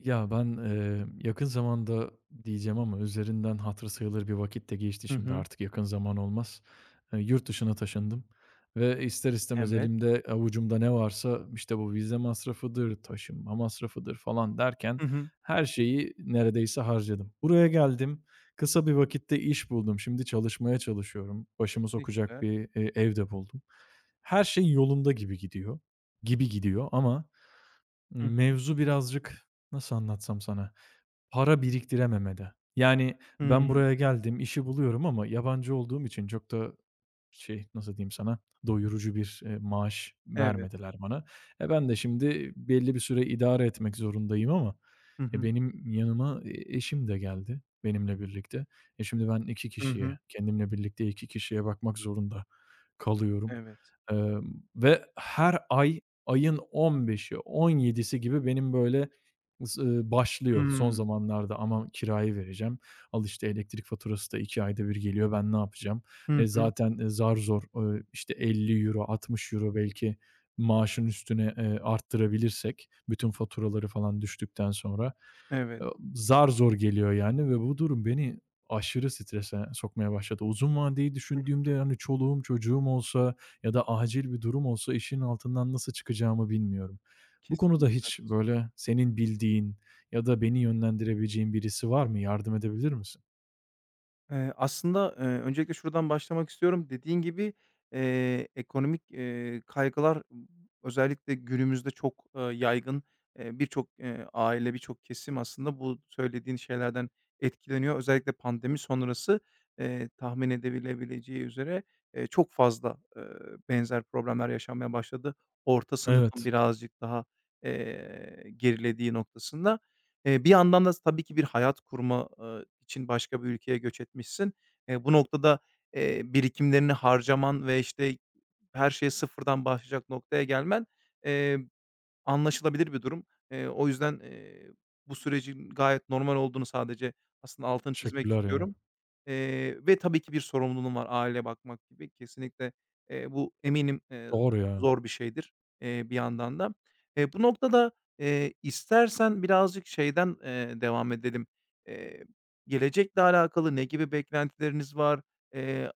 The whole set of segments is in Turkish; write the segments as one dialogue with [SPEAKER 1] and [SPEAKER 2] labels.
[SPEAKER 1] Ya, ben, yakın zamanda diyeceğim ama üzerinden hatırı sayılır bir vakit de geçti,
[SPEAKER 2] Hı
[SPEAKER 1] şimdi
[SPEAKER 2] hı.
[SPEAKER 1] artık yakın zaman olmaz. Yurt dışına taşındım ve ister istemez
[SPEAKER 2] Evet.
[SPEAKER 1] elimde, avucumda ne varsa, işte, bu vize masrafıdır, taşınma masrafıdır falan derken
[SPEAKER 2] Hı hı.
[SPEAKER 1] her şeyi neredeyse harcadım. Buraya geldim, kısa bir vakitte iş buldum. Şimdi çalışmaya çalışıyorum. Başımı
[SPEAKER 2] Ne
[SPEAKER 1] sokacak
[SPEAKER 2] güzel.
[SPEAKER 1] bir, ev de buldum. Her şey yolunda gibi gidiyor ama
[SPEAKER 2] Hı hı.
[SPEAKER 1] mevzu birazcık, nasıl anlatsam sana? Para biriktirememede. Yani ben
[SPEAKER 2] Hımm.
[SPEAKER 1] buraya geldim, işi buluyorum ama yabancı olduğum için çok da şey, nasıl diyeyim sana, doyurucu bir, maaş
[SPEAKER 2] Evet.
[SPEAKER 1] vermediler bana. Ben de şimdi belli bir süre idare etmek zorundayım ama,
[SPEAKER 2] Hı hı.
[SPEAKER 1] benim yanıma, eşim de geldi benimle birlikte. Şimdi ben iki
[SPEAKER 2] Hı
[SPEAKER 1] kişiye,
[SPEAKER 2] hı.
[SPEAKER 1] kendimle birlikte 2 kişiye bakmak zorunda kalıyorum.
[SPEAKER 2] Evet.
[SPEAKER 1] Ve her ay, ayın 15'i, 17'si gibi benim böyle ıs başlıyor son
[SPEAKER 2] Hımm.
[SPEAKER 1] zamanlarda. Ama kirayı vereceğim. Al işte elektrik faturası da 2 ayda bir geliyor. Ben ne yapacağım?
[SPEAKER 2] Hı
[SPEAKER 1] E,
[SPEAKER 2] hı.
[SPEAKER 1] zaten, zar zor, işte €50, euro 60 euro belki maaşın üstüne, arttırabilirsek, bütün faturaları falan düştükten sonra,
[SPEAKER 2] Evet,
[SPEAKER 1] eee, zar zor geliyor yani ve bu durum beni aşırı strese sokmaya başladı. Uzun vadeyi düşündüğümde, hani, çoluğum çocuğum olsa ya da acil bir durum olsa işin altından nasıl çıkacağımı bilmiyorum. Bu konuda
[SPEAKER 2] kesinlikle.
[SPEAKER 1] hiç böyle senin bildiğin ya da beni yönlendirebileceğin birisi var mı? Yardım edebilir misin?
[SPEAKER 2] Aslında, öncelikle şuradan başlamak istiyorum. Dediğin gibi, ekonomik, kaygılar özellikle günümüzde çok, yaygın. Birçok, aile, birçok kesim aslında bu söylediğin şeylerden etkileniyor. Özellikle pandemi sonrası, tahmin edilebileceği üzere, çok fazla, benzer problemler yaşanmaya başladı. Orta sınıfın
[SPEAKER 1] Evet.
[SPEAKER 2] birazcık daha, gerilediği noktasında. Bir yandan da tabii ki bir hayat kurma, için başka bir ülkeye göç etmişsin. Bu noktada, birikimlerini harcaman ve, işte, her şeye sıfırdan başlayacak noktaya gelmen, eee Anlaşılabilir bir durum. O yüzden, bu sürecin gayet normal olduğunu sadece aslında altını çizmek
[SPEAKER 1] Teşekkürler ya.
[SPEAKER 2] istiyorum. Ve tabii ki bir sorumluluğun var aileye bakmak gibi. Kesinlikle, bu eminim,
[SPEAKER 1] Doğru ya.
[SPEAKER 2] zor bir şeydir, bir yandan da. Bu noktada, istersen birazcık şeyden, devam edelim. Eee, gelecekle alakalı ne gibi beklentileriniz var? Eee,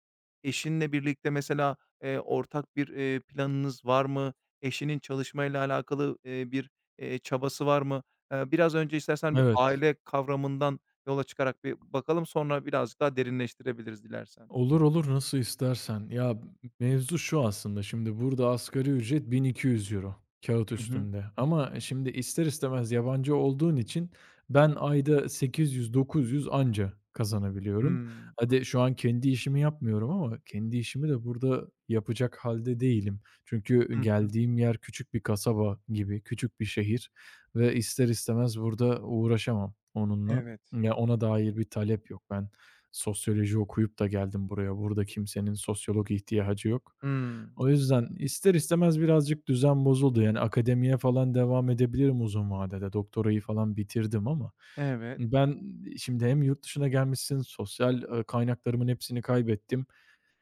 [SPEAKER 2] eşinle birlikte mesela, ortak bir, planınız var mı? Eşinin çalışmayla alakalı, bir, çabası var mı? Biraz önce istersen bir
[SPEAKER 1] Evet.
[SPEAKER 2] aile kavramından yola çıkarak bir bakalım, sonra birazcık daha derinleştirebiliriz dilersen.
[SPEAKER 1] Olur olur, nasıl istersen. Ya, mevzu şu aslında, şimdi burada asgari ücret 1.200 euro, kağıt
[SPEAKER 2] Hı hı.
[SPEAKER 1] üstünde. Ama şimdi ister istemez yabancı olduğun için ben ayda 800-900 anca kazanabiliyorum.
[SPEAKER 2] Hımm.
[SPEAKER 1] Hadi şu an kendi işimi yapmıyorum ama kendi işimi de burada yapacak halde değilim. Çünkü
[SPEAKER 2] Hı hı.
[SPEAKER 1] geldiğim yer küçük bir kasaba gibi, küçük bir şehir ve ister istemez burada uğraşamam onunla.
[SPEAKER 2] Evet.
[SPEAKER 1] Ya, ona dair bir talep yok. Ben sosyoloji okuyup da geldim buraya. Burada kimsenin sosyolog ihtiyacı yok.
[SPEAKER 2] Hımm.
[SPEAKER 1] O yüzden ister istemez birazcık düzen bozuldu. Yani akademiye falan devam edebilirim uzun vadede. Doktorayı falan bitirdim ama
[SPEAKER 2] Evet.
[SPEAKER 1] ben şimdi hem yurt dışına gelmişsin, sosyal, kaynaklarımın hepsini kaybettim.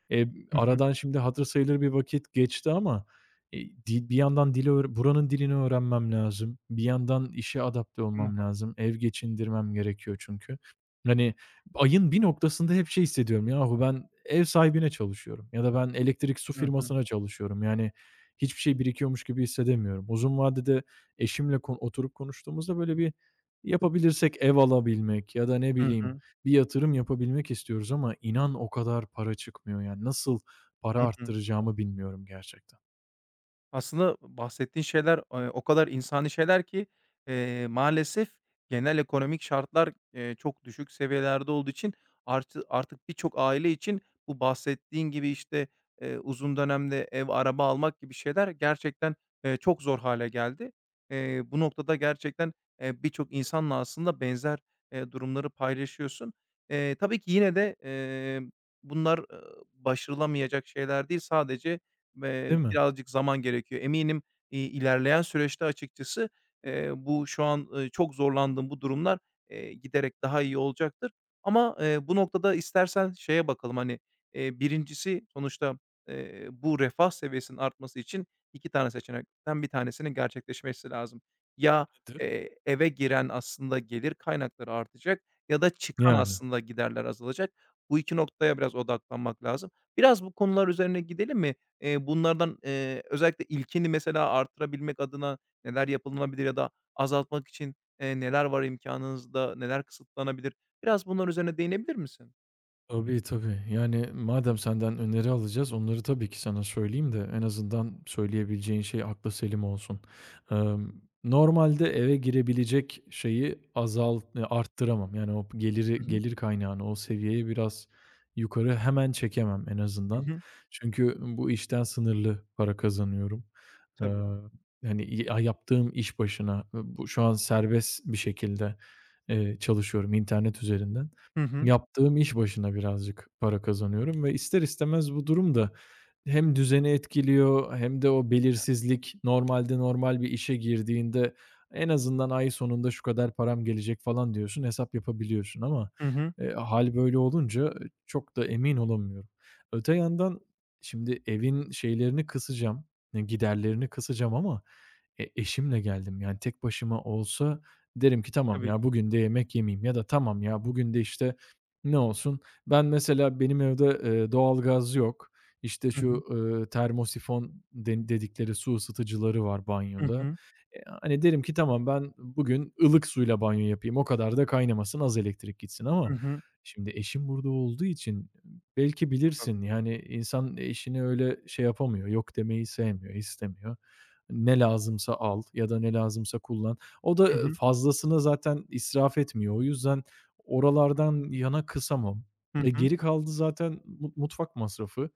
[SPEAKER 1] Eee,
[SPEAKER 2] Hı hı.
[SPEAKER 1] aradan şimdi hatır sayılır bir vakit geçti ama, dil bir yandan dili öğr buranın dilini öğrenmem lazım. Bir yandan işe adapte olmam
[SPEAKER 2] Muha
[SPEAKER 1] lazım. Ev geçindirmem gerekiyor çünkü. Hani, ayın bir noktasında hep şey hissediyorum, yahu ben ev sahibine çalışıyorum ya da ben elektrik su
[SPEAKER 2] Hı hı.
[SPEAKER 1] firmasına çalışıyorum. Yani hiçbir şey birikiyormuş gibi hissedemiyorum. Uzun vadede eşimle oturup konuştuğumuzda böyle bir yapabilirsek, ev alabilmek ya da ne
[SPEAKER 2] Hı
[SPEAKER 1] bileyim,
[SPEAKER 2] hı.
[SPEAKER 1] bir yatırım yapabilmek istiyoruz ama inan o kadar para çıkmıyor yani. Nasıl para
[SPEAKER 2] Hı hı.
[SPEAKER 1] arttıracağımı bilmiyorum gerçekten.
[SPEAKER 2] Aslında bahsettiğin şeyler, o kadar insani şeyler ki, maalesef genel ekonomik şartlar, çok düşük seviyelerde olduğu için artık birçok aile için bu bahsettiğin gibi, işte, uzun dönemde ev, araba almak gibi şeyler gerçekten, çok zor hale geldi. Bu noktada gerçekten, birçok insanla aslında benzer, durumları paylaşıyorsun. Tabii ki yine de, bunlar, başarılamayacak şeyler değil. Sadece,
[SPEAKER 1] Değil mi?
[SPEAKER 2] birazcık zaman gerekiyor. Eminim, ilerleyen süreçte açıkçası, bu şu an, çok zorlandığım bu durumlar, giderek daha iyi olacaktır. Ama, bu noktada istersen şeye bakalım, hani, 1'incisi sonuçta, bu refah seviyesinin artması için 2 tane seçenekten bir tanesinin gerçekleşmesi lazım. Ya,
[SPEAKER 1] Nedir?
[SPEAKER 2] eve giren aslında gelir kaynakları artacak ya da çıkan
[SPEAKER 1] Yani.
[SPEAKER 2] aslında giderler azalacak. Bu 2 noktaya biraz odaklanmak lazım. Biraz bu konular üzerine gidelim mi? Bunlardan, özellikle ilkini mesela arttırabilmek adına neler yapılabilir ya da azaltmak için, neler var imkânınızda, neler kısıtlanabilir? Biraz bunların üzerine değinebilir misin?
[SPEAKER 1] Tabii, tabii. Yani, madem senden öneri alacağız, onları tabii ki sana söyleyeyim de en azından söyleyebileceğin şey akla selim olsun. Emm, normalde eve girebilecek şeyi azalt arttıramam. Yani, o
[SPEAKER 2] Hı
[SPEAKER 1] geliri
[SPEAKER 2] hı.
[SPEAKER 1] gelir kaynağını, o seviyeyi biraz yukarı hemen çekemem en
[SPEAKER 2] Hı
[SPEAKER 1] azından.
[SPEAKER 2] hı.
[SPEAKER 1] Çünkü bu işten sınırlı para kazanıyorum. Eee,
[SPEAKER 2] Tabii.
[SPEAKER 1] yani, yaptığım iş başına, bu şu an serbest bir şekilde, çalışıyorum internet üzerinden.
[SPEAKER 2] Hı hı.
[SPEAKER 1] Yaptığım iş başına birazcık para kazanıyorum ve ister istemez bu durum da hem düzeni etkiliyor hem de o belirsizlik, normalde normal bir işe girdiğinde en azından ay sonunda şu kadar param gelecek falan diyorsun, hesap yapabiliyorsun ama
[SPEAKER 2] Hı hı.
[SPEAKER 1] hâl böyle olunca çok da emin olamıyorum. Öte yandan şimdi evin şeylerini kısacağım, giderlerini kısacağım ama eşimle geldim. Yani tek başıma olsa derim ki tamam
[SPEAKER 2] Tabii ki.
[SPEAKER 1] ya, bugün de yemek yemeyeyim ya da tamam ya, bugün de işte, ne olsun? Ben mesela benim evde, doğalgaz yok. İşte,
[SPEAKER 2] Hı hı.
[SPEAKER 1] şu, termosifon den dedikleri su ısıtıcıları var
[SPEAKER 2] Hı
[SPEAKER 1] banyoda.
[SPEAKER 2] hı.
[SPEAKER 1] Hani, derim ki tamam, ben bugün ılık suyla banyo yapayım, o kadar da kaynamasın, az elektrik gitsin
[SPEAKER 2] Hı
[SPEAKER 1] ama
[SPEAKER 2] hı.
[SPEAKER 1] şimdi eşim burada olduğu için, belki
[SPEAKER 2] Çok haklı.
[SPEAKER 1] bilirsin, yani, insan eşini öyle şey yapamıyor, yok demeyi sevmiyor, istemiyor. Ne lazımsa al ya da ne lazımsa kullan. O da
[SPEAKER 2] Hı hı.
[SPEAKER 1] fazlasını zaten israf etmiyor. O yüzden oralardan yana kısamam.
[SPEAKER 2] Hı
[SPEAKER 1] E,
[SPEAKER 2] hı.
[SPEAKER 1] geri kaldı zaten mutfak masrafı.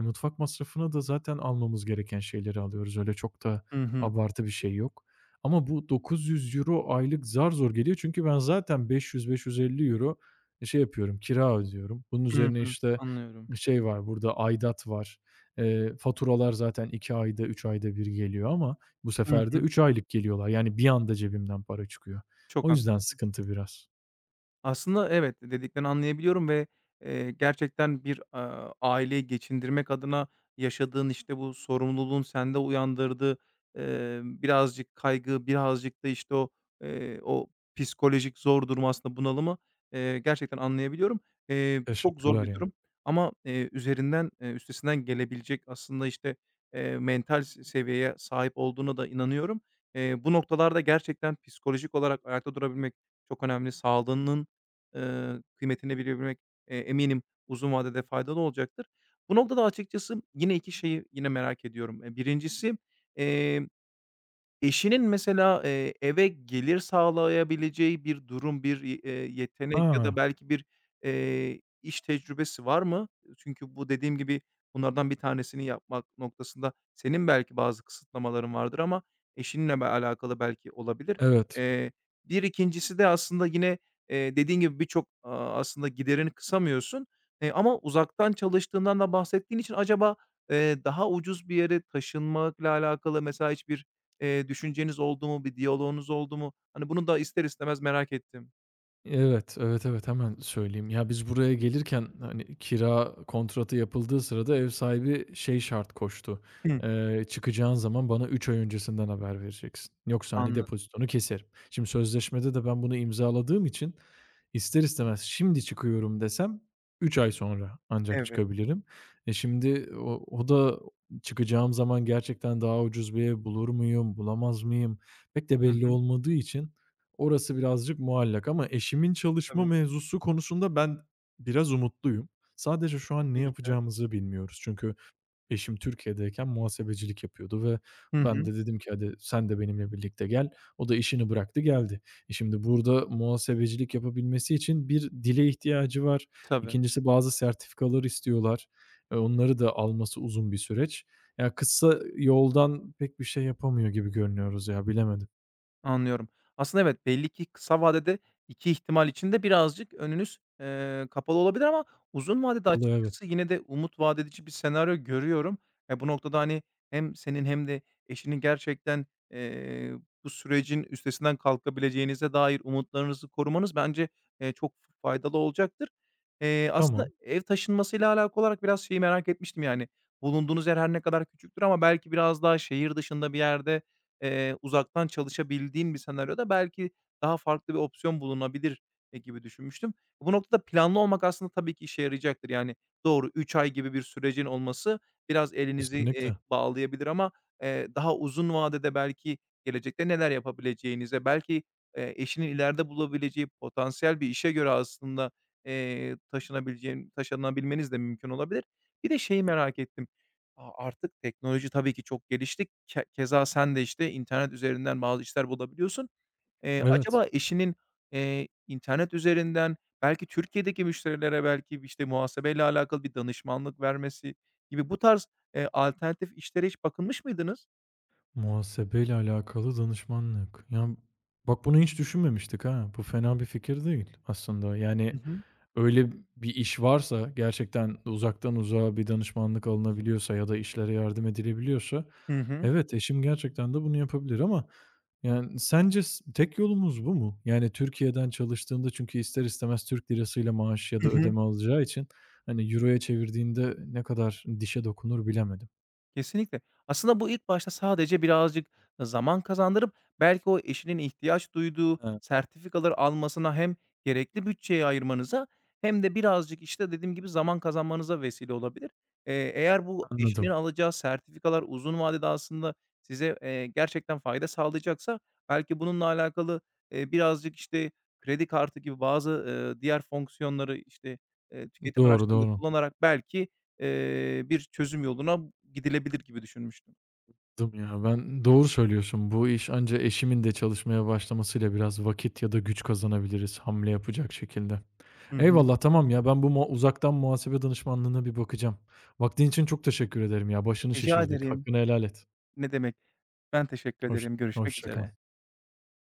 [SPEAKER 1] Mutfak masrafına da zaten almamız gereken şeyleri alıyoruz. Öyle çok da
[SPEAKER 2] Hı hı.
[SPEAKER 1] abartı bir şey yok. Ama bu 900 euro aylık zar zor geliyor. Çünkü ben zaten €500 euro şey yapıyorum, kira ödüyorum. Bunun
[SPEAKER 2] Hı
[SPEAKER 1] üzerine,
[SPEAKER 2] hı.
[SPEAKER 1] işte,
[SPEAKER 2] Anlıyorum.
[SPEAKER 1] şey var, burada aidat var. Faturalar zaten 2 ayda, 3 ayda bir geliyor ama bu
[SPEAKER 2] Hı
[SPEAKER 1] sefer de
[SPEAKER 2] hı.
[SPEAKER 1] 3 aylık geliyorlar. Yani bir anda cebimden para çıkıyor.
[SPEAKER 2] Çok
[SPEAKER 1] O
[SPEAKER 2] haklı
[SPEAKER 1] yüzden sıkıntı biraz.
[SPEAKER 2] Aslında evet, dediklerini anlayabiliyorum ve, gerçekten bir, aileyi geçindirmek adına yaşadığın, işte, bu sorumluluğun sende uyandırdığı, birazcık kaygı, birazcık da, işte, o psikolojik zor durum, aslında bunalımı, gerçekten anlayabiliyorum. Çok zor
[SPEAKER 1] Teşekkürler
[SPEAKER 2] bir
[SPEAKER 1] ya.
[SPEAKER 2] durum ama, üstesinden gelebilecek aslında, işte, mental seviyeye sahip olduğuna da inanıyorum. Bu noktalarda gerçekten psikolojik olarak ayakta durabilmek çok önemli. Sağlığının kıymetini bilebilmek, eminim uzun vadede faydalı olacaktır. Bu noktada açıkçası yine 2 şeyi yine merak ediyorum. 1'incisi, eşinin mesela, eve gelir sağlayabileceği bir durum, bir, y yetenek ya da
[SPEAKER 1] A!
[SPEAKER 2] belki bir, iş tecrübesi var mı? Çünkü bu dediğim gibi bunlardan bir tanesini yapmak noktasında senin belki bazı kısıtlamaların vardır ama eşinle alakalı belki olabilir.
[SPEAKER 1] Evet.
[SPEAKER 2] Eee, bir ikincisi de aslında yine, dediğin gibi birçok, aslında giderini kısamıyorsun, ama uzaktan çalıştığından da bahsettiğin için acaba, daha ucuz bir yere taşınmakla alakalı mesela hiçbir, düşünceniz oldu mu? Bir diyaloğunuz oldu mu? Hani, bunu da ister istemez merak ettim.
[SPEAKER 1] Evet, evet, evet, hemen söyleyeyim. Ya, biz buraya gelirken, hani, kira kontratı yapıldığı sırada ev sahibi şey şart koştu:
[SPEAKER 2] Hıı.
[SPEAKER 1] "Çıkacağın zaman bana 3 ay öncesinden haber vereceksin. Yoksa, hani,
[SPEAKER 2] Anladım.
[SPEAKER 1] depozitonu keserim." Şimdi sözleşmede de ben bunu imzaladığım için ister istemez "Şimdi çıkıyorum." desem 3 ay sonra ancak
[SPEAKER 2] Evet.
[SPEAKER 1] çıkabilirim. Şimdi o da çıkacağım zaman gerçekten daha ucuz bir ev bulur muyum, bulamaz mıyım pek de
[SPEAKER 2] Hı
[SPEAKER 1] belli
[SPEAKER 2] hı.
[SPEAKER 1] olmadığı için, orası birazcık muallak ama eşimin çalışma
[SPEAKER 2] Tabii.
[SPEAKER 1] mevzusu konusunda ben biraz umutluyum. Sadece şu an ne
[SPEAKER 2] Ne güzel.
[SPEAKER 1] yapacağımızı bilmiyoruz. Çünkü eşim Türkiye'deyken muhasebecilik yapıyordu ve
[SPEAKER 2] Hı
[SPEAKER 1] ben
[SPEAKER 2] hı.
[SPEAKER 1] de dedim ki, "Hadi sen de benimle birlikte gel." O da işini bıraktı, geldi. Şimdi burada muhasebecilik yapabilmesi için bir dile ihtiyacı var.
[SPEAKER 2] Tabii.
[SPEAKER 1] İkincisi, bazı sertifikalar istiyorlar. Onları da alması uzun bir süreç. Ya, kısa yoldan pek bir şey yapamıyor gibi görünüyoruz ya, bilemedim.
[SPEAKER 2] Anlıyorum. Aslında evet, belli ki kısa vadede 2 ihtimal içinde birazcık önünüz, kapalı olabilir ama uzun vadede
[SPEAKER 1] Valla evet.
[SPEAKER 2] açıkçası yine de umut vaat edici bir senaryo görüyorum. Bu noktada, hani, hem senin hem de eşinin gerçekten, bu sürecin üstesinden kalkabileceğinize dair umutlarınızı korumanız bence, çok faydalı olacaktır. Aslında
[SPEAKER 1] Tamam.
[SPEAKER 2] ev taşınmasıyla alakalı olarak biraz şeyi merak etmiştim, yani, bulunduğunuz yer her ne kadar küçüktür ama belki biraz daha şehir dışında bir yerde, uzaktan çalışabildiğin bir senaryoda belki daha farklı bir opsiyon bulunabilir, gibi düşünmüştüm. Bu noktada planlı olmak aslında tabii ki işe yarayacaktır. Yani doğru 3 ay gibi bir sürecin olması biraz elinizi,
[SPEAKER 1] Kesinlikle.
[SPEAKER 2] bağlayabilir ama, daha uzun vadede belki gelecekte neler yapabileceğinize, belki, eşinin ileride bulabileceği potansiyel bir işe göre aslında, taşınabilmeniz de mümkün olabilir. Bir de şeyi merak ettim. Artık teknoloji tabii ki çok gelişti. Keza sen de, işte, internet üzerinden bazı işler bulabiliyorsun.
[SPEAKER 1] Evet.
[SPEAKER 2] Acaba eşinin, internet üzerinden belki Türkiye'deki müşterilere belki, işte, muhasebeyle alakalı bir danışmanlık vermesi gibi bu tarz, alternatif işlere hiç bakılmış mıydınız?
[SPEAKER 1] Muhasebeyle alakalı danışmanlık. Ya, bak, bunu hiç düşünmemiştik ha. Bu fena bir fikir değil aslında. Yani
[SPEAKER 2] Hı hı.
[SPEAKER 1] öyle bir iş varsa, gerçekten uzaktan uzağa bir danışmanlık alınabiliyorsa ya da işlere yardım edilebiliyorsa,
[SPEAKER 2] Hı hı.
[SPEAKER 1] evet, eşim gerçekten de bunu yapabilir ama yani sence tek yolumuz bu mu? Yani Türkiye'den çalıştığında, çünkü ister istemez Türk lirasıyla maaş ya
[SPEAKER 2] Hı
[SPEAKER 1] da
[SPEAKER 2] hı.
[SPEAKER 1] ödeme alacağı için, hani, euroya çevirdiğinde ne kadar dişe dokunur bilemedim.
[SPEAKER 2] Kesinlikle. Aslında bu ilk başta sadece birazcık zaman kazandırıp belki o eşinin ihtiyaç duyduğu
[SPEAKER 1] He,
[SPEAKER 2] sertifikaları almasına hem gerekli bütçeyi ayırmanıza hem de birazcık, işte, dediğim gibi zaman kazanmanıza vesile olabilir. Eğer bu eşinin
[SPEAKER 1] anladım.
[SPEAKER 2] alacağı sertifikalar uzun vadede aslında size, gerçekten fayda sağlayacaksa belki bununla alakalı, birazcık, işte, kredi kartı gibi bazı, diğer fonksiyonları, işte, tüketim
[SPEAKER 1] Doğru,
[SPEAKER 2] araçlarında
[SPEAKER 1] doğru.
[SPEAKER 2] kullanarak belki, bir çözüm yoluna gidilebilir gibi düşünmüştüm.
[SPEAKER 1] Anladım. Ya, ben doğru söylüyorsun. Bu iş anca eşimin de çalışmaya başlamasıyla, biraz vakit ya da güç kazanabiliriz hamle yapacak şekilde.
[SPEAKER 2] Hı hı.
[SPEAKER 1] Eyvallah, tamam ya, ben bu uzaktan muhasebe danışmanlığına bir bakacağım. Vaktin için çok teşekkür ederim ya. Başını
[SPEAKER 2] Rica
[SPEAKER 1] şişirdik.
[SPEAKER 2] ederim.
[SPEAKER 1] Hakkını helal et.
[SPEAKER 2] Ne demek. Ben teşekkür
[SPEAKER 1] Hoş
[SPEAKER 2] ederim. Görüşmek
[SPEAKER 1] Hoşça kal.
[SPEAKER 2] üzere.